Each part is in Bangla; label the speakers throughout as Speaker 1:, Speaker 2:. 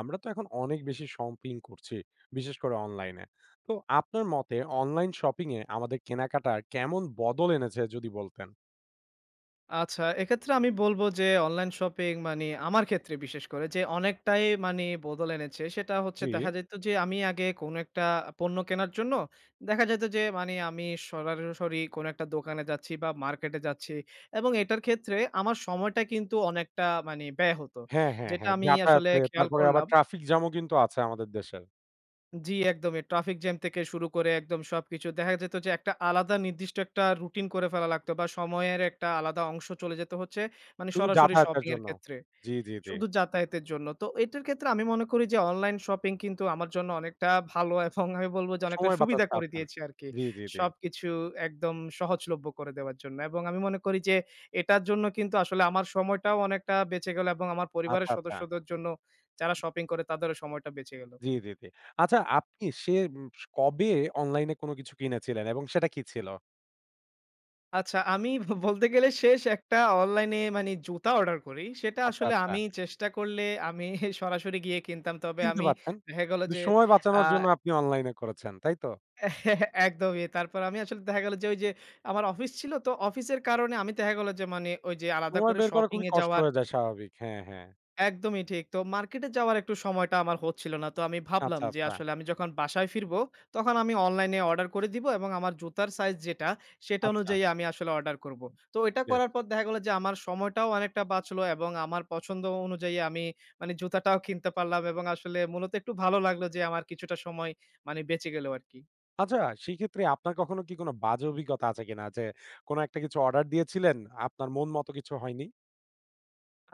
Speaker 1: আমরা তো এখন অনেক বেশি শপিং করছি, বিশেষ করে অনলাইনে। তো আপনার মতে অনলাইন শপিং এ আমাদের কেনাকাটার কেমন বদল এনেছে যদি বলতেন?
Speaker 2: আচ্ছা, এক্ষেত্রে আমি বলব যে অনলাইন শপিং মানে আমার ক্ষেত্রে বিশেষ করে যে অনেকটাই মানে বদল এনেছে। সেটা হচ্ছে,
Speaker 1: জি।
Speaker 2: দেখা যেত যে আমি আগে কোনো একটা পণ্য কেনার জন্য দেখা যেত যে মানে আমি সরাসরি কোনো একটা দোকানে যাচ্ছি বা মার্কেটে যাচ্ছি, এবং এটার ক্ষেত্রে আমার সময়টা কিন্তু অনেকটা মানে ব্যয় হতো।
Speaker 1: হ্যাঁ, হ্যাঁ,
Speaker 2: যেটা
Speaker 1: হ্যাঁ।
Speaker 2: আমি আসলে
Speaker 1: যাতায়াতে
Speaker 2: খেয়াল
Speaker 1: তারপরে আবার
Speaker 2: করলাম,
Speaker 1: ট্রাফিক জ্যামও কিন্তু আছে আমাদের দেশের।
Speaker 2: জি, একদমই। ট্রাফিক জ্যাম থেকে শুরু করে একদম সবকিছু। দেখা যেত যে একটা আলাদা নির্দিষ্ট একটা রুটিন করে ফেলা লাগতো বা সময়ের একটা আলাদা অংশ চলে যেত হচ্ছে মানে
Speaker 1: শুধু
Speaker 2: সরাসরি
Speaker 1: যাতায়াতের
Speaker 2: শপিং এর
Speaker 1: জন্য।
Speaker 2: ক্ষেত্রে।
Speaker 1: জি, জি, জি।
Speaker 2: শুধু যাতায়াতের জন্য। তো এটার ক্ষেত্রে আমি মনে করি যে অনলাইন শপিং কিন্তু আমার জন্য অনেকটা ভালো এবং আমি বলব যে অনেকটা
Speaker 1: সময়
Speaker 2: সুবিধা
Speaker 1: বাঁচাচ্ছে
Speaker 2: করে
Speaker 1: আপনার।
Speaker 2: দিয়েছে আরকি।
Speaker 1: জি, জি, জি।
Speaker 2: সবকিছু একদম সহজলভ্য করে দেওয়ার জন্য। এবং আমি মনে করি যে এটার জন্য কিন্তু আসলে আমার সময়টাও অনেকটা বেঁচে গেল, এবং আমার পরিবারের
Speaker 1: আচ্ছা, আচ্ছা।
Speaker 2: সদস্যদের জন্য যারা শপিং করে তাদেরও সময়টা বেঁচে গেল।
Speaker 1: জি, জি, জি। আচ্ছা আপনি সে কবে অনলাইনে কোনো কিছু কিনেছিলেন এবং সেটা কি ছিল?
Speaker 2: আচ্ছা, আমি বলতে গেলে শেষ একটা অনলাইনে মানে জুতা অর্ডার করি। সেটা
Speaker 1: আচ্ছা,
Speaker 2: আসলে
Speaker 1: আচ্ছা।
Speaker 2: আমি চেষ্টা করলে আমি সরাসরি গিয়ে কিনতাম। তবে
Speaker 1: কিনতে
Speaker 2: আমি
Speaker 1: পারতেন।
Speaker 2: দেখা গেল
Speaker 1: কিন্তু
Speaker 2: যে
Speaker 1: সময়
Speaker 2: আ
Speaker 1: বাঁচানোর জন্য আপনি অনলাইনে করেছেন, তাই তো?
Speaker 2: একদমই। তারপর আমি আসলে দেখা গেল যে ওই যে আমার অফিস ছিল। তো অফিসের কারণে আমি দেখা গেল যে মানে ওই যে আলাদা
Speaker 1: সময়
Speaker 2: করে
Speaker 1: বের করা
Speaker 2: শপিং
Speaker 1: খুবই
Speaker 2: এ
Speaker 1: কষ্ট
Speaker 2: যাওয়ার
Speaker 1: হয়ে যায় স্বাভাবিক। হ্যাঁ, হ্যাঁ।
Speaker 2: একদমই ঠিক। তো মার্কেটে যাওয়ার একটু সময়টা আমার হচ্ছিল না। তো আমি ভাবলাম
Speaker 1: আচ্ছা,
Speaker 2: যে
Speaker 1: আচ্ছা,
Speaker 2: আসলে আমি যখন বাসায় ফিরবো, তখন আমি অনলাইনে অর্ডার করে দিব এবং আমার জুতার সাইজ যেটা, সেটা
Speaker 1: আচ্ছা
Speaker 2: অনুযায়ী আমি আসলে অর্ডার করব। তো এটা
Speaker 1: বেশ।
Speaker 2: করার পর দেখা গেল যে আমার সময়টাও অনেকটা বাঁচলো এবং আমার পছন্দ অনুযায়ী আমি মানে জুতাটাও কিনতে পারলাম, এবং আসলে মূলত একটু ভালো লাগলো যে আমার কিছুটা সময় মানে বেঁচে গেল আরকি।
Speaker 1: আচ্ছা সেক্ষেত্রে আপনার কখনো কি কোনো বাজে অভিজ্ঞতা আছে কিনা? যে কোনো একটা কিছু অর্ডার দিয়েছিলেন, আপনার মন মতো কিছু হয়নি?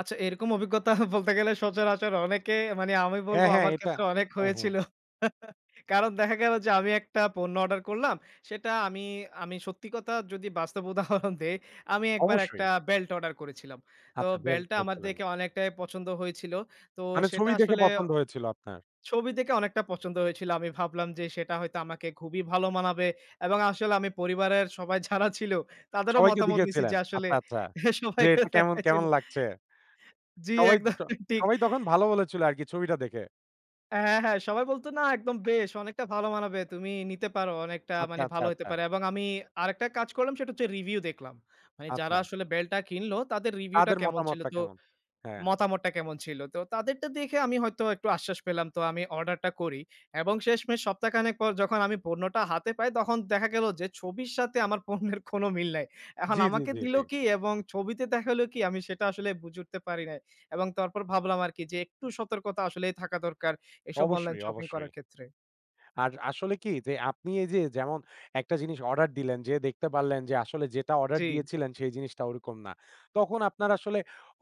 Speaker 2: আচ্ছা, এরকম অভিজ্ঞতা বলতে গেলে সচরাচর অনেকে মানে আমি বলব
Speaker 1: হ্যাঁ, হ্যাঁ
Speaker 2: আমার
Speaker 1: এটা
Speaker 2: ক্ষেত্রে অনেক
Speaker 1: হ্যাঁ, হ্যাঁ
Speaker 2: হয়েছিল। কারণ দেখা গেল যে আমি একটা পণ্য অর্ডার করলাম। সেটা আমি আমি সত্যি কথা যদি বাস্তব উদাহরণ দেই, আমি একবার একটা
Speaker 1: অবশ্যই।
Speaker 2: বেল্ট অর্ডার করেছিলাম। তো
Speaker 1: আচ্ছা বের
Speaker 2: বেল্টটা আমার
Speaker 1: করেছিলেন।
Speaker 2: দেখে অনেকটাই পছন্দ হয়েছিল। তো
Speaker 1: মানে
Speaker 2: সেটা
Speaker 1: ছবি দেখে
Speaker 2: আসলে
Speaker 1: পছন্দ হয়েছিল আপনার।
Speaker 2: ছবি দেখে অনেকটা পছন্দ হয়েছিল। আমি ভাবলাম যে সেটা হয়তো আমাকে খুবই ভালো মানাবে এবং আসলে আমি পরিবারের সবাই যারা ছিল তাদেরও
Speaker 1: সবাইকে
Speaker 2: মতামত নিছি
Speaker 1: দেখিয়েছিলেন।
Speaker 2: যে আসলে
Speaker 1: আচ্ছা, আচ্ছা। যে
Speaker 2: সবাইকে
Speaker 1: এটা কেমন,
Speaker 2: দেখাইছিল।
Speaker 1: কেমন লাগছে?
Speaker 2: জি,
Speaker 1: সবাই
Speaker 2: একদম
Speaker 1: ত
Speaker 2: ঠিক।
Speaker 1: সবাই তখন ভালো বলেছিল আরকি ছবিটা দেখে।
Speaker 2: হ্যাঁ, হ্যাঁ। সবাই বলত, "না একদম বেশ, অনেকটা ভালো মানাবে। তুমি নিতে পারো। অনেকটা
Speaker 1: আচ্ছা,
Speaker 2: মানে
Speaker 1: আচ্ছা,
Speaker 2: ভালো হইতে
Speaker 1: আচ্ছা,
Speaker 2: পারে", এবং আমি আরেকটা কাজ করলাম সেটা হচ্ছে রিভিউ দেখলাম। মানে যারা
Speaker 1: আচ্ছা।
Speaker 2: আসলে বেল্টটা কিনলো তাদের রিভিউটা
Speaker 1: তাদের
Speaker 2: কেমন ছিল।
Speaker 1: মতামতটা
Speaker 2: তো
Speaker 1: কেমন? হ্যাঁ।
Speaker 2: মতামতটা কেমন ছিল? তো তাদেরটা দেখে আমি হয়তো একটু আশ্বাস পেলাম। তো আমি অর্ডারটা করি এবং শেষমেষ সপ্তাহখানেক পর যখন আমি পণ্যটা হাতে পাই, তখন দেখা গেল যে ছবির সাথে আমার পণ্যের কোনো মিল নাই। এখন
Speaker 1: জি, জি,
Speaker 2: আমাকে
Speaker 1: জি,
Speaker 2: দিল
Speaker 1: জি।
Speaker 2: কি এবং ছবিতে দেখালো কি আমি সেটা আসলে বুঝে উঠতে পারি নাই। এবং তারপর ভাবলাম আরকি যে একটু সতর্কতা আসলেই থাকা দরকার এসব অনলাইন
Speaker 1: অবশ্যই,
Speaker 2: শপিং
Speaker 1: অবশ্যই।
Speaker 2: করার ক্ষেত্রে।
Speaker 1: আর আসলে কি যে আপনি এই যে যেমন একটা জিনিস অর্ডার দিলেন, যেয়ে দেখতে পারলেন যে আসলে যেটা অর্ডার
Speaker 2: জি,
Speaker 1: দিয়েছিলেন সেই জিনিসটা ওরকম না। তখন আপনার আসলে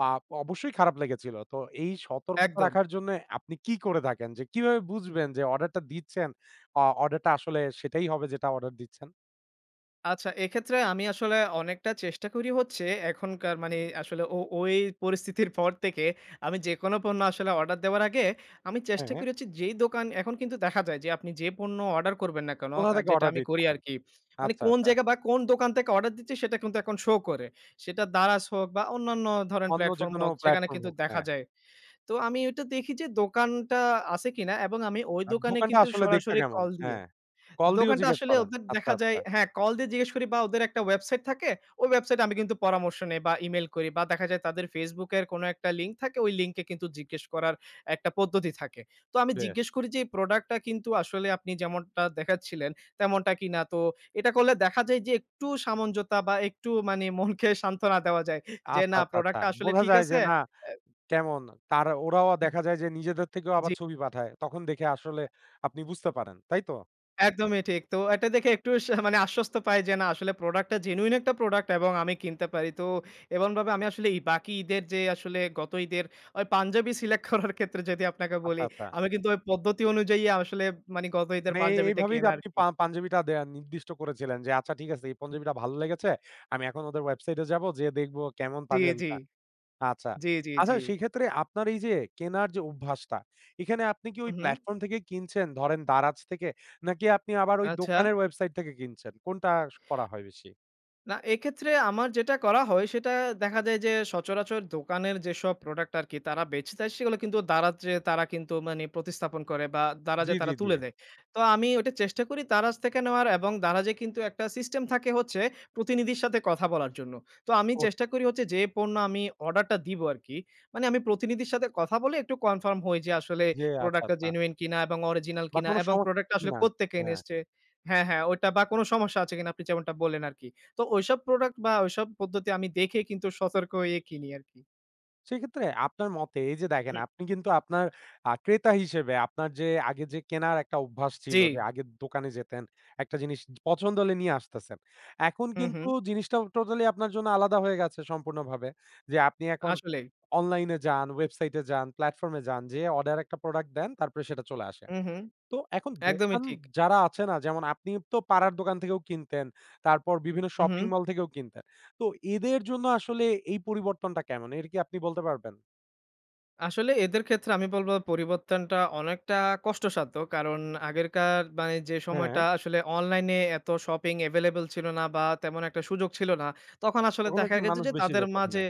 Speaker 1: আ অবশ্যই খারাপ লেগেছিল। তো এই সতর্কতা
Speaker 2: একদম।
Speaker 1: রাখার জন্যে আপনি কি করে থাকেন? যে কিভাবে বুঝবেন যে অর্ডারটা দিচ্ছেন, অর্ডারটা আসলে সেটাই হবে যেটা অর্ডার দিচ্ছেন?
Speaker 2: আচ্ছা, এক্ষেত্রে আমি আসলে অনেকটা চেষ্টা করি হচ্ছে এখনকার মানে আসলে ওই পরিস্থিতির পর থেকে আমি যেকোনো পণ্য আসলে অর্ডার দেওয়ার আগে আমি চেষ্টা
Speaker 1: হ্যাঁ,
Speaker 2: করি হচ্ছে যেই দোকান এখন কিন্তু দেখা যায় যে আপনি যে পণ্য অর্ডার করবেন না কেন
Speaker 1: কোথা থেকে
Speaker 2: যেটা
Speaker 1: অর্ডার
Speaker 2: আমি করি
Speaker 1: দিচ্ছেন?
Speaker 2: আরকি। মানে
Speaker 1: আচ্ছা,
Speaker 2: কোন
Speaker 1: আচ্ছা।
Speaker 2: জায়গা বা কোন দোকান থেকে অর্ডার দিচ্ছি সেটা কিন্তু এখন শো করে। সেটা Daraz হোক বা অন্যান্য ধরেন
Speaker 1: অন্য
Speaker 2: প্ল্যাটফর্ম
Speaker 1: যেকোনো
Speaker 2: হোক, সেখানে
Speaker 1: প্ল্যাটফর্ম
Speaker 2: কিন্তু
Speaker 1: হোক।
Speaker 2: দেখা
Speaker 1: হ্যাঁ।
Speaker 2: যায়। তো আমি ওইটা দেখি যে দোকানটা আছে কিনা, এবং আমি ওই
Speaker 1: আর
Speaker 2: দোকানে
Speaker 1: দোকানটা
Speaker 2: কিন্তু
Speaker 1: আসলে দেখতে
Speaker 2: সরাসরি
Speaker 1: কেমন?
Speaker 2: কল দিয়ে
Speaker 1: হ্যাঁ। কল দিয়েও
Speaker 2: দোকানটা
Speaker 1: জিজ্ঞেস
Speaker 2: আসলে
Speaker 1: করেন।
Speaker 2: ওদের
Speaker 1: আচ্ছা,
Speaker 2: দেখা যায়
Speaker 1: আচ্ছা।
Speaker 2: হ্যাঁ, কল দিয়ে জিজ্ঞেস করি বা ওদের একটা ওয়েবসাইট থাকে। ওই ওয়েবসাইটে আমি কিন্তু পরামর্শ নেই বা ইমেইল করি বা দেখা যায় তাদের Facebook এর কোনো একটা লিঙ্ক থাকে, ওই লিঙ্কে কিন্তু জিজ্ঞেস করার একটা পদ্ধতি থাকে। তো আমি
Speaker 1: বেশ।
Speaker 2: জিজ্ঞেস করি যে, "এই প্রোডাক্টটা কিন্তু আসলে আপনি যেমনটা দেখাচ্ছিলেন, তেমনটা কিনা?" তো এটা করলে দেখা যায় যে একটু সামঞ্জতা বা একটু মানে মনকে সান্ত্বনা দেওয়া যায় যে,
Speaker 1: আচ্ছা,
Speaker 2: "না,
Speaker 1: আচ্ছা, আচ্ছা।
Speaker 2: প্রোডাক্টটা আসলে
Speaker 1: বোঝা
Speaker 2: ঠিক
Speaker 1: যায় যে
Speaker 2: আছে।"
Speaker 1: না
Speaker 2: অ্যা
Speaker 1: কেমন? তারা ওরাও দেখা যায় যে নিজেদের থেকেও আবার
Speaker 2: জি।
Speaker 1: ছবি পাঠায়। তখন দেখে আসলে আপনি বুঝতে পারেন। তাই তো?
Speaker 2: একদমই ঠিক। তো এটা দেখে একটু মানে আশ্বস্ত পাই যে না আসলে প্রোডাক্টটা জেনুইন একটা প্রোডাক্ট এবং আমি কিনতে পারি। তো এমনভাবে আমি আসলে ই বাকি ঈদের যে আসলে গত ঈদের ওই পাঞ্জাবি সিলেক্ট করার ক্ষেত্রে যদি আপনাকে
Speaker 1: আচ্ছা,
Speaker 2: বলি,
Speaker 1: আচ্ছা।
Speaker 2: আমি কিন্তু ওই পদ্ধতি অনুযায়ী আসলে মানে গত ঈদের
Speaker 1: মানে এই
Speaker 2: পাঞ্জাবিটা
Speaker 1: এইভাবেই
Speaker 2: কেনা
Speaker 1: আপনি
Speaker 2: আরকি।
Speaker 1: পাঞ্জাবিটা নির্দিষ্ট করেছিলেন যে, "আচ্ছা ঠিক আছে এই পাঞ্জাবিটা ভালো লেগেছে। আমি এখন ওদের ওয়েবসাইটে যাবো, যেয়ে দেখব কেমন
Speaker 2: জি, জি।
Speaker 1: পাঞ্জাবিটা।" আচ্ছা।
Speaker 2: জি, জি,
Speaker 1: আচ্ছা
Speaker 2: জি।
Speaker 1: সেক্ষেত্রে আপনার এই যে কেনার যে অভ্যাসটা, এখানে আপনি কি ওই
Speaker 2: উহু।
Speaker 1: প্ল্যাটফর্ম থেকে কিনছেন ধরেন দারাজ থেকে? নাকি আপনি আবার ওই
Speaker 2: আচ্ছা।
Speaker 1: দোকানের ওয়েবসাইট থেকে কিনছেন? কোনটা করা হয় বেশি?
Speaker 2: না, এক্ষেত্রে আমার যেটা করা হয় সেটা দেখা যায় যে সচরাচর দোকানের যেসব প্রোডাক্ট আরকি তারা বেচে দেয় সেগুলো কিন্তু দারাজে তারা কিন্তু মানে প্রতিস্থাপন করে বা
Speaker 1: জি,
Speaker 2: দারাজে
Speaker 1: জি,
Speaker 2: তারা
Speaker 1: জি।
Speaker 2: তুলে দেয়। তো আমি ওইটা চেষ্টা করি দারাজ থেকে নেওয়ার, এবং দারাজে কিন্তু একটা সিস্টেম থাকে হচ্ছে প্রতিনিধির সাথে কথা বলার জন্য। তো আমি
Speaker 1: ও
Speaker 2: চেষ্টা করি হচ্ছে যে পণ্য আমি অর্ডারটা দিব আরকি। মানে আমি প্রতিনিধির সাথে কথা বলে একটু কনফার্ম হই যে আসলে
Speaker 1: যে আচ্ছা,
Speaker 2: প্রোডাক্টটা
Speaker 1: আচ্ছা।
Speaker 2: জেনুইন কিনা এবং অরিজিনাল
Speaker 1: বা
Speaker 2: কিনা
Speaker 1: কোনো
Speaker 2: এবং
Speaker 1: সমস্যা
Speaker 2: প্রোডাক্টটা আসলে
Speaker 1: কিনা?
Speaker 2: কোত্থেকে
Speaker 1: হ্যাঁ।
Speaker 2: এনেছে, হ্যাঁ, হ্যাঁ, ওইটা বা কোনো সমস্যা আছে কিনা আপনি যেমনটা বললেন আরকি। তো ঐসব প্রোডাক্ট বা ঐসব পদ্ধতি আমি দেখে কিন্তু সতর্ক হয়ে কিনি আরকি।
Speaker 1: সেক্ষেত্রে আপনার মতে এই যে দেখেন আপনি কিন্তু আপনার ক্রেতা হিসেবে আপনার যে আগে যে কেনার একটা অভ্যাস ছিল
Speaker 2: জি।
Speaker 1: যে আগে দোকানে যেতেন, একটা জিনিস পছন্দ হলে নিয়ে আসতেছেন। এখন
Speaker 2: হুম,
Speaker 1: কিন্তু
Speaker 2: হুম।
Speaker 1: জিনিসটা টোটালি আপনার জন্য আলাদা হয়ে গেছে সম্পূর্ণভাবে। যে আপনি এখন
Speaker 2: আসলেই।
Speaker 1: অনলাইনে যান, ওয়েবসাইটে যান, প্ল্যাটফর্ম এ যান, যেয়ে অর্ডার একটা প্রোডাক্ট দেন তারপরে সেটা চলে আসে।
Speaker 2: হুম, হুম।
Speaker 1: তো এখন
Speaker 2: একদমই
Speaker 1: দোকান
Speaker 2: ঠিক।
Speaker 1: যারা আছে না যেমন আপনি তো পাড়ার দোকান থেকেও কিনতেন, তারপর বিভিন্ন
Speaker 2: হুম,
Speaker 1: শপিং
Speaker 2: হুম।
Speaker 1: মল থেকেও কিনতেন। তো এদের জন্য আসলে এই পরিবর্তনটা কেমন? এর কি আপনি বলতে পারবেন?
Speaker 2: আসলে এদের ক্ষেত্রে আমি বলব পরিবর্তনটা অনেকটা কষ্টসাধ্য। কারণ আগেরকার মানে যে
Speaker 1: হ্যাঁ,
Speaker 2: সময়টা আসলে অনলাইনে এত শপিং এভেইলেবল ছিল না বা তেমন একটা সুযোগ ছিল না। তখন আসলে
Speaker 1: তখন
Speaker 2: দেখা
Speaker 1: আরকি
Speaker 2: গেছে
Speaker 1: মানুষ
Speaker 2: যে
Speaker 1: বেশি
Speaker 2: তাদের
Speaker 1: যেত ওখানে।
Speaker 2: মাঝে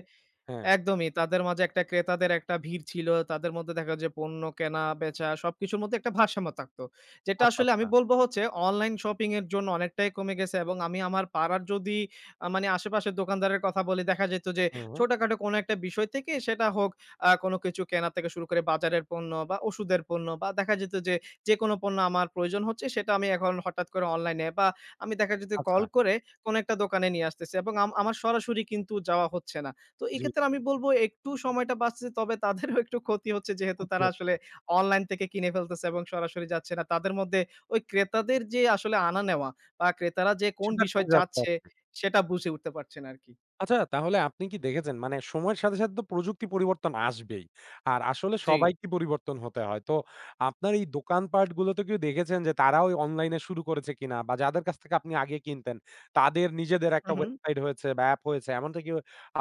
Speaker 1: হ্যাঁ,
Speaker 2: একদমই। তাদের মাঝে একটা ক্রেতাদের একটা ভিড় ছিল। তাদের মধ্যে দেখা যায় পণ্য কেনা-বেচা সবকিছুর মধ্যে একটা ভারসাম্য থাকতো। যেটা
Speaker 1: আচ্ছা,
Speaker 2: আসলে আমি
Speaker 1: আচ্ছা।
Speaker 2: বলব হচ্ছে অনলাইন শপিং এর জন্য অনেকটাই কমে গেছে, এবং আমি আমার পাড়ার যদি মানে আশেপাশের দোকানদারের কথা বলি, দেখা যেত যে
Speaker 1: হ্যাঁ, হ্যাঁ।
Speaker 2: ছোটখাটো কোনো একটা বিষয় থেকে সেটা হোক কোনো কিছু কেনা থেকে শুরু করে বাজারের পণ্য বা ওষুধের পণ্য বা দেখা যেত যে, যেকোনো পণ্য আমার প্রয়োজন হচ্ছে সেটা আমি এখন হঠাৎ করে অনলাইনে বা আমি দেখা যেত
Speaker 1: আচ্ছা।
Speaker 2: কল করে কোনো একটা দোকানে নিয়ে আসতেছি, এবং আমার সরাসরি কিন্তু যাওয়া হচ্ছে না। তো
Speaker 1: জি।
Speaker 2: এক্ষেত্রে আমি বলব একটু সময়টা বাঁচছে তবে তাদেরও একটু ক্ষতি হচ্ছে যেহেতু তারা
Speaker 1: বুঝলাম।
Speaker 2: আসলে অনলাইন থেকে কিনে ফেলতেছে এবং সরাসরি যাচ্ছে না। তাদের মধ্যে ওই ক্রেতাদের যে আসলে আনা নেওয়া বা ক্রেতারা যে কোন
Speaker 1: সেটা
Speaker 2: বিষয়
Speaker 1: কমে যাচ্ছে।
Speaker 2: চাচ্ছে সেটা বুঝে উঠতে পারছে না আরকি।
Speaker 1: আচ্ছা, তাহলে আপনি কি দেখেছেন মানে সময়ের সাথে, সাথে তো প্রযুক্তি পরিবর্তন আসবেই। আর আসলে
Speaker 2: জি।
Speaker 1: সবাইকে পরিবর্তন হতে হয়। তো আপনার এই দোকানপাট গুলোতে কি দেখেছেন যে তারাও অনলাইনে শুরু করেছে কিনা? বা যাদের কাছ থেকে আপনি আগে কিনতেন তাদের নিজেদের
Speaker 2: হু,
Speaker 1: একটা
Speaker 2: হু।
Speaker 1: ওয়েবসাইট হয়েছে বা অ্যাপ হয়েছে এমনটা কি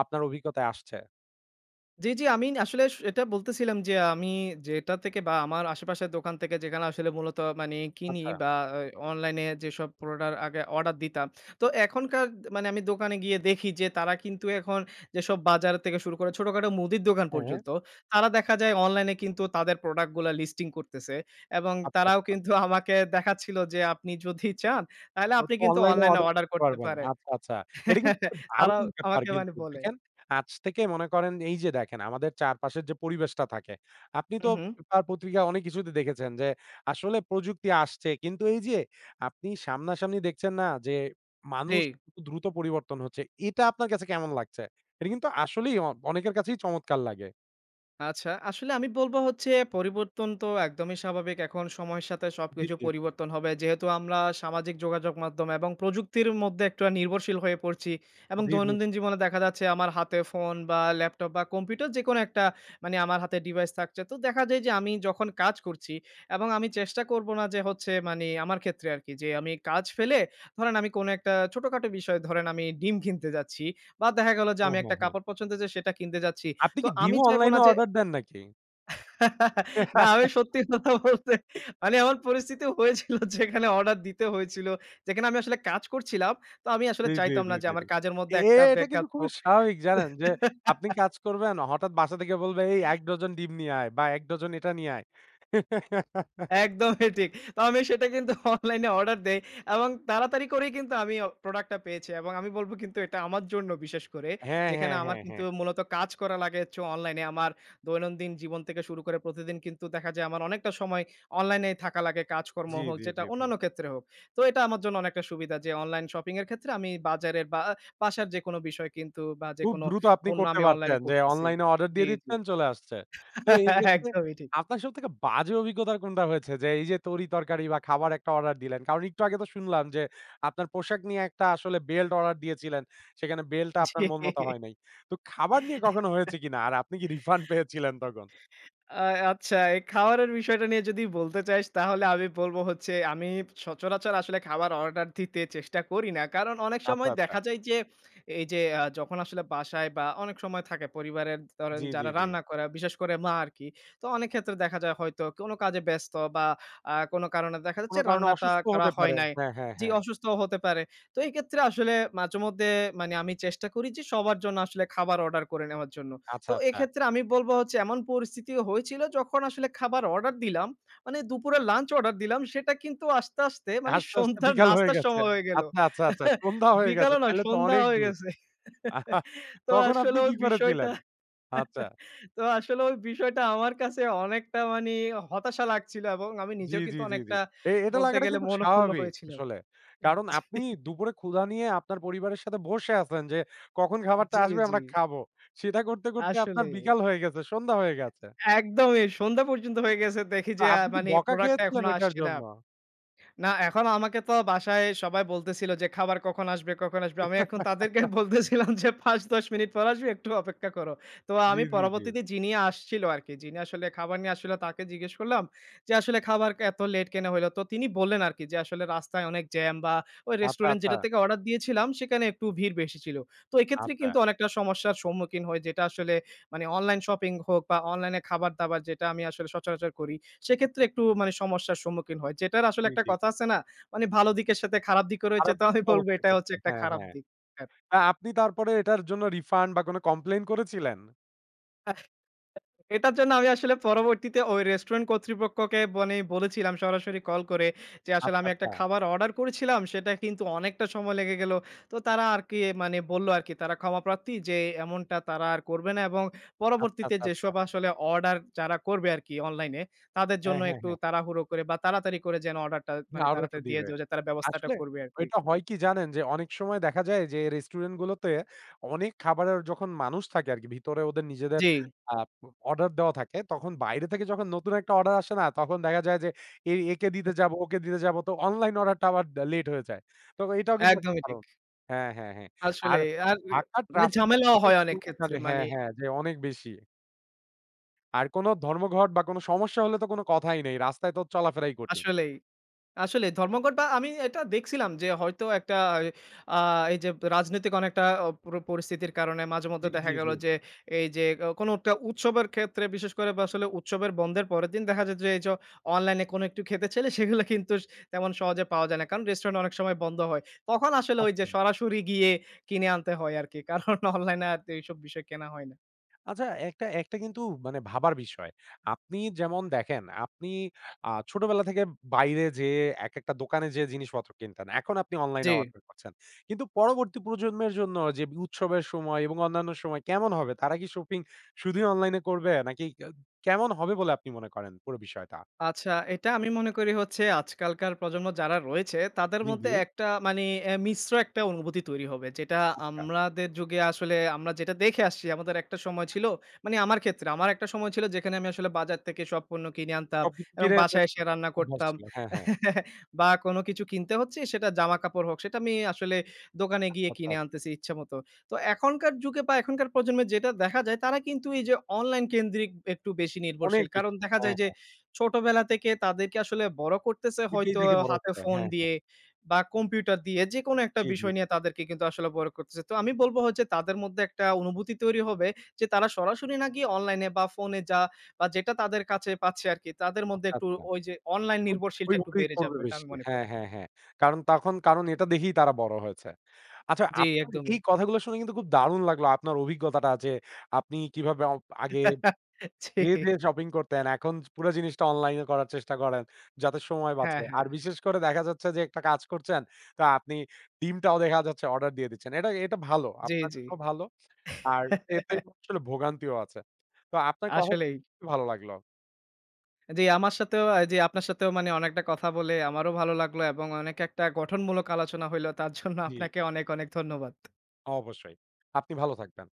Speaker 1: আপনার অভিজ্ঞতায় আসছে?
Speaker 2: জি, জি। আমি আসলে এটা বলতেছিলাম যে আমি যেটা থেকে বা আমার আশেপাশের দোকান থেকে যেখানে আসলে মূলত মানে কিনি
Speaker 1: আচ্ছা।
Speaker 2: বা আ অনলাইনে যেসব প্রোডাক্ট আগে অর্ডার দিতাম। তো এখনকার মানে আমি দোকানে গিয়ে দেখি যে তারা কিন্তু এখন যেসব বাজার থেকে শুরু করে ছোটখাটো মুদির দোকান
Speaker 1: হ্যাঁ,
Speaker 2: পর্যন্ত তারা দেখা যায় অনলাইনে কিন্তু তাদের প্রোডাক্ট গুলা লিস্টিং করতেছে। এবং
Speaker 1: আচ্ছা,
Speaker 2: তারাও
Speaker 1: আচ্ছা।
Speaker 2: কিন্তু আমাকে দেখাচ্ছিল যে আপনি যদি চান, তাহলে
Speaker 1: তো
Speaker 2: আপনি কিন্তু
Speaker 1: অনলাইনে
Speaker 2: অনলাইনে
Speaker 1: অর্ডার
Speaker 2: অর্ডার
Speaker 1: করতে
Speaker 2: করতে
Speaker 1: পারবেন।
Speaker 2: পারেন।
Speaker 1: আচ্ছা, আচ্ছা। এটা কিন্তু একটা
Speaker 2: তারাও
Speaker 1: দারুণ ব্যাপার
Speaker 2: আমাকে মানে
Speaker 1: কিন্তু।
Speaker 2: বলে।
Speaker 1: দেখেন আজ থেকে মনে করেন এই যে দেখেন আমাদের চারপাশের যে পরিবেশটা থাকে, আপনি
Speaker 2: হু,
Speaker 1: তো
Speaker 2: হু।
Speaker 1: পেপার পত্রিকা অনেক কিছুতে দেখেছেন যে আসলে প্রযুক্তি আসছে। কিন্তু এই যে আপনি সামনাসামনি দেখছেন না যে
Speaker 2: জি।
Speaker 1: মানুষ কত দ্রুত পরিবর্তন হচ্ছে। এটা আপনার কাছে কেমন লাগছে? এটা কিন্তু আসলেই অনেকের কাছেই চমৎকার লাগে।
Speaker 2: আচ্ছা, আসলে আমি বলব হচ্ছে পরিবর্তন তো একদমই স্বাভাবিক। এখন সময়ের সাথে
Speaker 1: জি,
Speaker 2: সবকিছু
Speaker 1: জি,
Speaker 2: পরিবর্তন হবে। যেহেতু আমরা সামাজিক যোগাযোগ মাধ্যম এবং প্রযুক্তির মধ্যে একটু নির্ভরশীল হয়ে পড়ছি এবং
Speaker 1: জি, জি, জি।
Speaker 2: দৈনন্দিন জীবনে দেখা যাচ্ছে আমার হাতে ফোন বা ল্যাপটপ বা কম্পিউটার যেকোনো একটা মানে আমার হাতে ডিভাইস থাকছে। তো দেখা যায় যে আমি যখন কাজ করছি এবং আমি চেষ্টা করব না যে হচ্ছে মানে আমার ক্ষেত্রে আরকি যে আমি কাজ ফেলে ধরেন আমি কোনো একটা ছোটখাটো বিষয় ধরেন আমি ডিম কিনতে যাচ্ছি বা দেখা গেল যে
Speaker 1: হ্যাঁ,
Speaker 2: আমি
Speaker 1: হ্যাঁ,
Speaker 2: একটা
Speaker 1: হ্যাঁ।
Speaker 2: কাপড় পছন্দ যে সেটা কিনতে যাচ্ছি।
Speaker 1: আপনি
Speaker 2: তো
Speaker 1: কি
Speaker 2: আমি
Speaker 1: ডিমও
Speaker 2: চাইব
Speaker 1: অনলাইনে
Speaker 2: না যে
Speaker 1: অর্ডার দেন নাকি?
Speaker 2: না আমি সত্যি কথা বলতে মানে এমন পরিস্থিতি হয়েছিল যেখানে অর্ডার দিতে হয়েছিল। যেখানে আমি আসলে কাজ করছিলাম। তো আমি
Speaker 1: জি,
Speaker 2: আসলে
Speaker 1: জি,
Speaker 2: চাইতাম
Speaker 1: জি,
Speaker 2: না যে
Speaker 1: জি, জি।
Speaker 2: আমার কাজের
Speaker 1: এ
Speaker 2: মধ্যে
Speaker 1: এ
Speaker 2: একটা
Speaker 1: এটা কিন্তু
Speaker 2: ব্যাঘাত
Speaker 1: খুবই
Speaker 2: হোক।
Speaker 1: স্বাভাবিক জানেন যে আপনি কাজ করবেন হঠাৎ বাসা থেকে বলবে, "এই ১ ডজন ডিম নিয়ে আয় বা ১ ডজন এটা নিয়ে আয়।"
Speaker 2: একদমই ঠিক। তো আমি সেটা কিন্তু অনলাইনে অর্ডার দেই, এবং তাড়াতাড়ি করেই কিন্তু আমি প্রোডাক্টটা পেয়েছি এবং আমি বলব কিন্তু এটা আমার জন্য বিশেষ করে
Speaker 1: হ্যাঁ,
Speaker 2: যেখানে
Speaker 1: হ্যাঁ,
Speaker 2: আমার
Speaker 1: হ্যাঁ,
Speaker 2: কিন্তু
Speaker 1: হ্যাঁ।
Speaker 2: মূলত কাজ করা লাগে হচ্ছে অনলাইনে। আমার দৈনন্দিন জীবন থেকে শুরু করে প্রতিদিন কিন্তু দেখা যায় আমার অনেকটা সময় অনলাইনেই থাকা লাগে কাজকর্ম
Speaker 1: জি,
Speaker 2: হোক
Speaker 1: জি,
Speaker 2: যেটা
Speaker 1: জি, জি।
Speaker 2: অন্যান্য ক্ষেত্রে হোক। তো এটা আমার জন্য অনেকটা সুবিধা যে অনলাইন শপিং এর ক্ষেত্রে আমি বাজারের বা বাসার যেকোনো বিষয় কিন্তু বা
Speaker 1: খুব
Speaker 2: যেকোনো
Speaker 1: দ্রুত আপনি
Speaker 2: পণ্য
Speaker 1: করতে
Speaker 2: আমি
Speaker 1: পারছেন
Speaker 2: অনলাইনে
Speaker 1: যে
Speaker 2: করতেছি।
Speaker 1: অনলাইনে অর্ডার
Speaker 2: জি,
Speaker 1: দিয়ে
Speaker 2: জি।
Speaker 1: দিচ্ছেন, চলে আসছে। তো এই ক্ষেত্রে
Speaker 2: একদমই ঠিক।
Speaker 1: আপনার সবথেকে বাজে অভিজ্ঞতার কোনটা হয়েছে? যে এই যে তরি-তরকারি বা খাবার একটা অর্ডার দিলেন। কারণ একটু আগে তো শুনলাম যে আপনার পোশাক নিয়ে একটা আসলে বেল্ট অর্ডার দিয়েছিলেন। সেখানে বেল্টটা আপনার
Speaker 2: জি।
Speaker 1: মন মতো হয় নাই। তো খাবার নিয়ে কখনো হয়েছে কিনা? আর আপনি কি রিফান্ড পেয়েছিলেন তখন?
Speaker 2: আ আচ্ছা, এই খাবারের বিষয়টা নিয়ে যদি বলতে চাইস তাহলে আমি বলব হচ্ছে আমি সচরাচর আসলে খাবার অর্ডার দিতে চেষ্টা করি না। কারণ অনেক
Speaker 1: আচ্ছা,
Speaker 2: সময়
Speaker 1: আচ্ছা।
Speaker 2: দেখা যায় যে এই যে যখন আসলে বাসায় বা অনেক সময় থাকে পরিবারের ধরেন
Speaker 1: জি, জি,
Speaker 2: যারা
Speaker 1: জি।
Speaker 2: রান্না করে বিশেষ করে মা আরকি। তো অনেক ক্ষেত্রে দেখা যায় হয়তো কোনো কাজে ব্যস্ত বা কোনো কারণে দেখা
Speaker 1: কোন
Speaker 2: যাচ্ছে
Speaker 1: কারণে
Speaker 2: রান্নাটা
Speaker 1: অসুস্থ
Speaker 2: করা
Speaker 1: হতে
Speaker 2: হয়
Speaker 1: পারে।
Speaker 2: নাই।
Speaker 1: হ্যাঁ, হ্যাঁ,
Speaker 2: জি,
Speaker 1: হ্যাঁ।
Speaker 2: অসুস্থও হতে পারে। তো এই ক্ষেত্রে আসলে মাঝেমধ্যে মানে আমি চেষ্টা করি যে সবার জন্য আসলে খাবার অর্ডার করে নেওয়ার জন্য।
Speaker 1: আচ্ছা,
Speaker 2: তো
Speaker 1: আচ্ছা।
Speaker 2: এক্ষেত্রে আমি বলব হচ্ছে এমন পরিস্থিতি হয়েছিল যখন আসলে খাবার অর্ডার দিলাম। মানে দুপুরে লাঞ্চ অর্ডার দিলাম সেটা কিন্তু আস্তে, আস্তে মানে
Speaker 1: হাসতে, হাসতে
Speaker 2: সন্ধ্যার
Speaker 1: বিকাল হয়ে
Speaker 2: নাস্তার
Speaker 1: গেছে।
Speaker 2: সময় হয়ে গেল।
Speaker 1: আচ্ছা, আচ্ছা, আচ্ছা। সন্ধ্যা হয়ে গেছে।
Speaker 2: বিকালও না
Speaker 1: তাইলে তো
Speaker 2: সন্ধ্যা
Speaker 1: অনেক
Speaker 2: হয়ে
Speaker 1: দূর।
Speaker 2: গেছে।
Speaker 1: আহা!
Speaker 2: তো
Speaker 1: তখন আপনি
Speaker 2: আসলে ওই
Speaker 1: কি
Speaker 2: বিষয়টা
Speaker 1: করেছিলেন? আচ্ছা।
Speaker 2: তো আসলে ওই বিষয়টা আমার কাছে অনেকটা মানি হতাশা লাগছিল, এবং আমি
Speaker 1: জি,
Speaker 2: নিজেও
Speaker 1: জি,
Speaker 2: কিন্তু
Speaker 1: জি, জি।
Speaker 2: অনেকটা
Speaker 1: এ এটা
Speaker 2: বলতে
Speaker 1: লাগাটা
Speaker 2: গেলে
Speaker 1: কিন্তু
Speaker 2: মনঃক্ষুণ্ণ
Speaker 1: স্বাভাবিক
Speaker 2: হয়েছিলাম।
Speaker 1: আসলে। কারণ আপনি দুপুরে ক্ষুধা নিয়ে আপনার পরিবারের সাথে বসে আছেন যে কখন খাবারটা
Speaker 2: জি,
Speaker 1: আসবে
Speaker 2: জি,
Speaker 1: আমরা খাবো। সেটা করতে, করতে আপনার
Speaker 2: আসলেই।
Speaker 1: বিকাল হয়ে গেছে, সন্ধ্যা হয়ে গেছে।
Speaker 2: একদমই সন্ধ্যা পর্যন্ত হয়ে গেছে দেখি
Speaker 1: তো
Speaker 2: যে
Speaker 1: আপনি কি
Speaker 2: মানে
Speaker 1: বকা
Speaker 2: প্রোডাক্টটা
Speaker 1: খেয়েছিলেন
Speaker 2: এখনো
Speaker 1: এটার
Speaker 2: আসছে না।
Speaker 1: জন্য?
Speaker 2: না, এখন আমাকে তো বাসায় সবাই বলতেছিল যে, "খাবার কখন আসবে, কখন আসবে?" আমি এখন তাদেরকে বলতেছিলাম যে, "৫-১০ মিনিট পর আসবে, একটু অপেক্ষা করো।" তো
Speaker 1: জি,
Speaker 2: আমি
Speaker 1: জি, জি।
Speaker 2: পরবর্তীতে যিনি আসছিল আরকি, যিনি আসলে খাবার নিয়ে আসছিল তাকে জিজ্ঞেস করলাম যে, "আসলে খাবার এত লেট কেন হইলো?" তো তিনি বললেন আরকি যে, "আসলে রাস্তায় অনেক জ্যাম বা ওই
Speaker 1: আচ্ছা,
Speaker 2: রেস্টুরেন্ট
Speaker 1: আচ্ছা,
Speaker 2: যেটা থেকে অর্ডার দিয়েছিলাম, সেখানে একটু ভিড় বেশি ছিল।" তো এক্ষেত্রে
Speaker 1: আচ্ছা।
Speaker 2: কিন্তু অনেকটা সমস্যার সম্মুখীন হই যেটা আসলে মানে অনলাইন শপিং হোক বা অনলাইনে খাবার-দাবার যেটা আমি আসলে সচরাচর করি, সেক্ষেত্রে একটু মানে সমস্যার সম্মুখীন হয়। যেটার আসলে
Speaker 1: জি,
Speaker 2: একটা
Speaker 1: জি,
Speaker 2: কথা
Speaker 1: জি।
Speaker 2: আছে না? মানে ভালো দিকের সাথে খারাপ দিকও রয়েছে।
Speaker 1: খারাপ
Speaker 2: তো
Speaker 1: দিক
Speaker 2: আমি
Speaker 1: তো
Speaker 2: বলব
Speaker 1: অবশ্যই
Speaker 2: এটা হচ্ছে
Speaker 1: থাকবে।
Speaker 2: একটা
Speaker 1: হ্যাঁ,
Speaker 2: খারাপ
Speaker 1: হ্যাঁ।
Speaker 2: দিক। হ্যাঁ।
Speaker 1: আপনি তারপরে এটার জন্য রিফান্ড বা কোন কমপ্লেইন করেছিলেন?
Speaker 2: এটার জন্য আমি আসলে পরবর্তীতে ওই রেস্টুরেন্ট কর্তৃপক্ষকে মানে বলেছিলাম সরাসরি কল করে যে, "আসলে
Speaker 1: আচ্ছা,
Speaker 2: আমি একটা
Speaker 1: আচ্ছা।
Speaker 2: খাবার অর্ডার করেছিলাম, সেটা কিন্তু অনেকটা সময় লেগে গেল।" তো তারা আর কি মানে বলল আরকি তারা ক্ষমাপ্রার্থী যে, এমনটা তারা আর করবে না এবং
Speaker 1: আচ্ছা,
Speaker 2: পরবর্তীতে
Speaker 1: আচ্ছা, আচ্ছা।
Speaker 2: যেসব আসলে অর্ডার যারা করবে আরকি অনলাইনে, তাদের
Speaker 1: হ্যাঁ,
Speaker 2: জন্য
Speaker 1: হ্যাঁ,
Speaker 2: একটু
Speaker 1: হ্যাঁ।
Speaker 2: তাড়াহুড়ো করে বা তাড়াতাড়ি করে যেন অর্ডারটা
Speaker 1: যে
Speaker 2: মানে
Speaker 1: আরোটা
Speaker 2: তাড়াতাড়ি দিয়ে
Speaker 1: দিবে।
Speaker 2: দেওয়া যায় যে তারা ব্যবস্থাটা
Speaker 1: আসলে
Speaker 2: করবে আরকি।
Speaker 1: এটা হয় কি জানেন? যে অনেক সময় দেখা যায় যে রেস্টুরেন্ট গুলোতে অনেক খাবারের যখন মানুষ থাকে আরকি ভিতরে ওদের নিজেদের
Speaker 2: জি,
Speaker 1: আ অর্ডার দেওয়া থাকে তখন বাইরে থেকে যখন নতুন একটা অর্ডার আসে না? তখন দেখা যায় যে একে দিতে যাবো, ওকে দিতে যাবো তো অনলাইন অর্ডারটা আবার লেট হয়ে যায়। তো এটাও কিন্তু একটা
Speaker 2: একদমই ঠিক।
Speaker 1: কারণ। হ্যাঁ, হ্যাঁ, হ্যাঁ। আর
Speaker 2: আসলেই। আর
Speaker 1: ঢাকার
Speaker 2: মানে
Speaker 1: ট্রাফিক
Speaker 2: ঝামেলাও হয় অনেক ক্ষেত্রে
Speaker 1: মানে হ্যাঁ,
Speaker 2: মানে
Speaker 1: হ্যাঁ যে অনেক বেশি। আর কোন ধর্মঘট বা কোন সমস্যা হলে তো কোন কথাই নেই। রাস্তায় তো চলাফেরাই কঠিন।
Speaker 2: আসলেই। আসলে ধর্মঘট বা আমি এটা দেখছিলাম যে হয়তো একটা আ এই যে রাজনৈতিক অনেকটা পুরো পরিস্থিতির কারণে
Speaker 1: জি,
Speaker 2: মাঝেমধ্যে
Speaker 1: জি,
Speaker 2: দেখা গেল
Speaker 1: জি,
Speaker 2: যে
Speaker 1: জি।
Speaker 2: এই যে কোনো একটা উৎসবের ক্ষেত্রে বিশেষ করে বা আসলে উৎসবের বন্ধের পরের দিন দেখা যায় যে এই যে অনলাইনে কোনো একটু খেতে চাইলে সেগুলো কিন্তু তেমন সহজে পাওয়া যায় না। কারণ রেস্টুরেন্ট অনেক সময় বন্ধ হয়। তখন আসলে ওই যে
Speaker 1: আসলেই।
Speaker 2: সরাসরি গিয়ে কিনে আনতে হয় আরকি। কারণ অনলাইনে আর এইসব বিষয় কেনা হয় না।
Speaker 1: আচ্ছা, একটা একটা কিন্তু মানে ভাবার বিষয়। আপনি যেমন দেখেন, আপনি ছোটবেলা থেকে বাইরে যেয়ে একেকটা দোকানে যেয়ে জিনিসপত্র কিনতেন। এখন আপনি অনলাইনে
Speaker 2: জি।
Speaker 1: অর্ডার করছেন। কিন্তু পরবর্তী প্রজন্মের জন্য যে উৎসবের সময় এবং অন্যান্য সময় কেমন হবে? তারা কি শপিং শুধুই অনলাইনে করবে? নাকি কেমন হবে বলে আপনি মনে করেন পুরো বিষয়টা?
Speaker 2: আচ্ছা, এটা আমি মনে করি হচ্ছে আজকালকার প্রজন্ম যারা রয়েছে তাদের
Speaker 1: জি, জি।
Speaker 2: মধ্যে একটা মানে মিশ্র একটা অনুভূতি তৈরি হবে। যেটা
Speaker 1: আচ্ছা।
Speaker 2: আমাদের যুগে আসলে আমরা যেটা দেখে আসছি আমাদের একটা সময় ছিল মানে আমার ক্ষেত্রে আমার একটা সময় ছিল যেখানে আমি আসলে বাজার থেকে সব পণ্য কিনে আনতাম
Speaker 1: সবকিছু
Speaker 2: এবং
Speaker 1: কিনে আনার
Speaker 2: বাসায় এসে রান্না
Speaker 1: অভ্যাস
Speaker 2: করতাম।
Speaker 1: ছিল। হ্যাঁ, হ্যাঁ।
Speaker 2: বা কোনো কিছু কিনতে হচ্ছে সেটা জামাকাপড় হোক সেটা আমি আসলে দোকানে গিয়ে কিনে
Speaker 1: অর্থাৎ
Speaker 2: আনতেছি ইচ্ছামত। তো এখনকার যুগে বা এখনকার প্রজন্মে যেটা দেখা যায় তারা কিন্তু এই যে অনলাইন কেন্দ্রিক একটু বেশি
Speaker 1: অনেক
Speaker 2: নির্ভরশীল।
Speaker 1: বেশি।
Speaker 2: কারণ দেখা
Speaker 1: হ্যাঁ,
Speaker 2: যায় যে
Speaker 1: হ্যাঁ।
Speaker 2: ছোটবেলা থেকে তাদেরকে আসলে বড় করতেছে
Speaker 1: ওইটাই
Speaker 2: হয়তো
Speaker 1: দেখে বড়
Speaker 2: হাতে
Speaker 1: হচ্ছে।
Speaker 2: ফোন
Speaker 1: হ্যাঁ, হ্যাঁ।
Speaker 2: দিয়ে বা কম্পিউটার দিয়ে যেকোনো একটা
Speaker 1: জি, জি।
Speaker 2: বিষয় নিয়ে তাদেরকে কিন্তু আসলে বড় করতেছে। তো আমি বলব হচ্ছে তাদের মধ্যে একটা অনুভূতি তৈরি হবে যে তারা সরাসরি না গিয়ে অনলাইনে বা ফোনে যা বা যেটা তাদের কাছে পাচ্ছে আরকি তাদের মধ্যে
Speaker 1: আচ্ছা,
Speaker 2: একটু
Speaker 1: আচ্ছা।
Speaker 2: ওই যে অনলাইন
Speaker 1: ওই
Speaker 2: নির্ভরশীলটা একটু
Speaker 1: ওইভাবেই
Speaker 2: বেড়ে
Speaker 1: করবে
Speaker 2: যাবে। এটা
Speaker 1: বেশি।
Speaker 2: আমি মনে
Speaker 1: হ্যাঁ,
Speaker 2: করি।
Speaker 1: হ্যাঁ, হ্যাঁ। কারণ তখন কারণ এটা দেখেই তারা বড় হয়েছে। আচ্ছা
Speaker 2: জি,
Speaker 1: আপনার
Speaker 2: একদমই।
Speaker 1: এই কথাগুলো শুনে কিন্তু খুব দারুণ লাগলো আপনার অভিজ্ঞতাটা যে আপনি কিভাবে আগে
Speaker 2: জি।
Speaker 1: যেয়ে, যেয়ে শপিং করতেন। এখন পুরো জিনিসটা অনলাইন এ করার চেষ্টা করেন যাতে সময় বাঁচে।
Speaker 2: হ্যাঁ,
Speaker 1: আর
Speaker 2: হ্যাঁ।
Speaker 1: বিশেষ করে দেখা যাচ্ছে যে একটা কাজ করছেন, তো আপনি ডিমটাও দেখা যাচ্ছে অর্ডার দিয়ে দিচ্ছেন। এটা, এটা ভালো।
Speaker 2: জি,
Speaker 1: আপনার
Speaker 2: জি।
Speaker 1: জন্য ভালো। আর এতে আসলে ভোগান্তিও আছে। তো আপনার কথা
Speaker 2: আসলেই।
Speaker 1: ভালো লাগলো।
Speaker 2: জি, আমার সাথেও আ জি, আপনার সাথেও মানে অনেকটা কথা বলে আমারও ভালো লাগলো, এবং অনেক একটা গঠনমূলক আলোচনা হইলো। তার জন্য
Speaker 1: জি,
Speaker 2: আপনাকে অনেক, অনেক ধন্যবাদ।
Speaker 1: অবশ্যই। আপনি ভালো থাকবেন।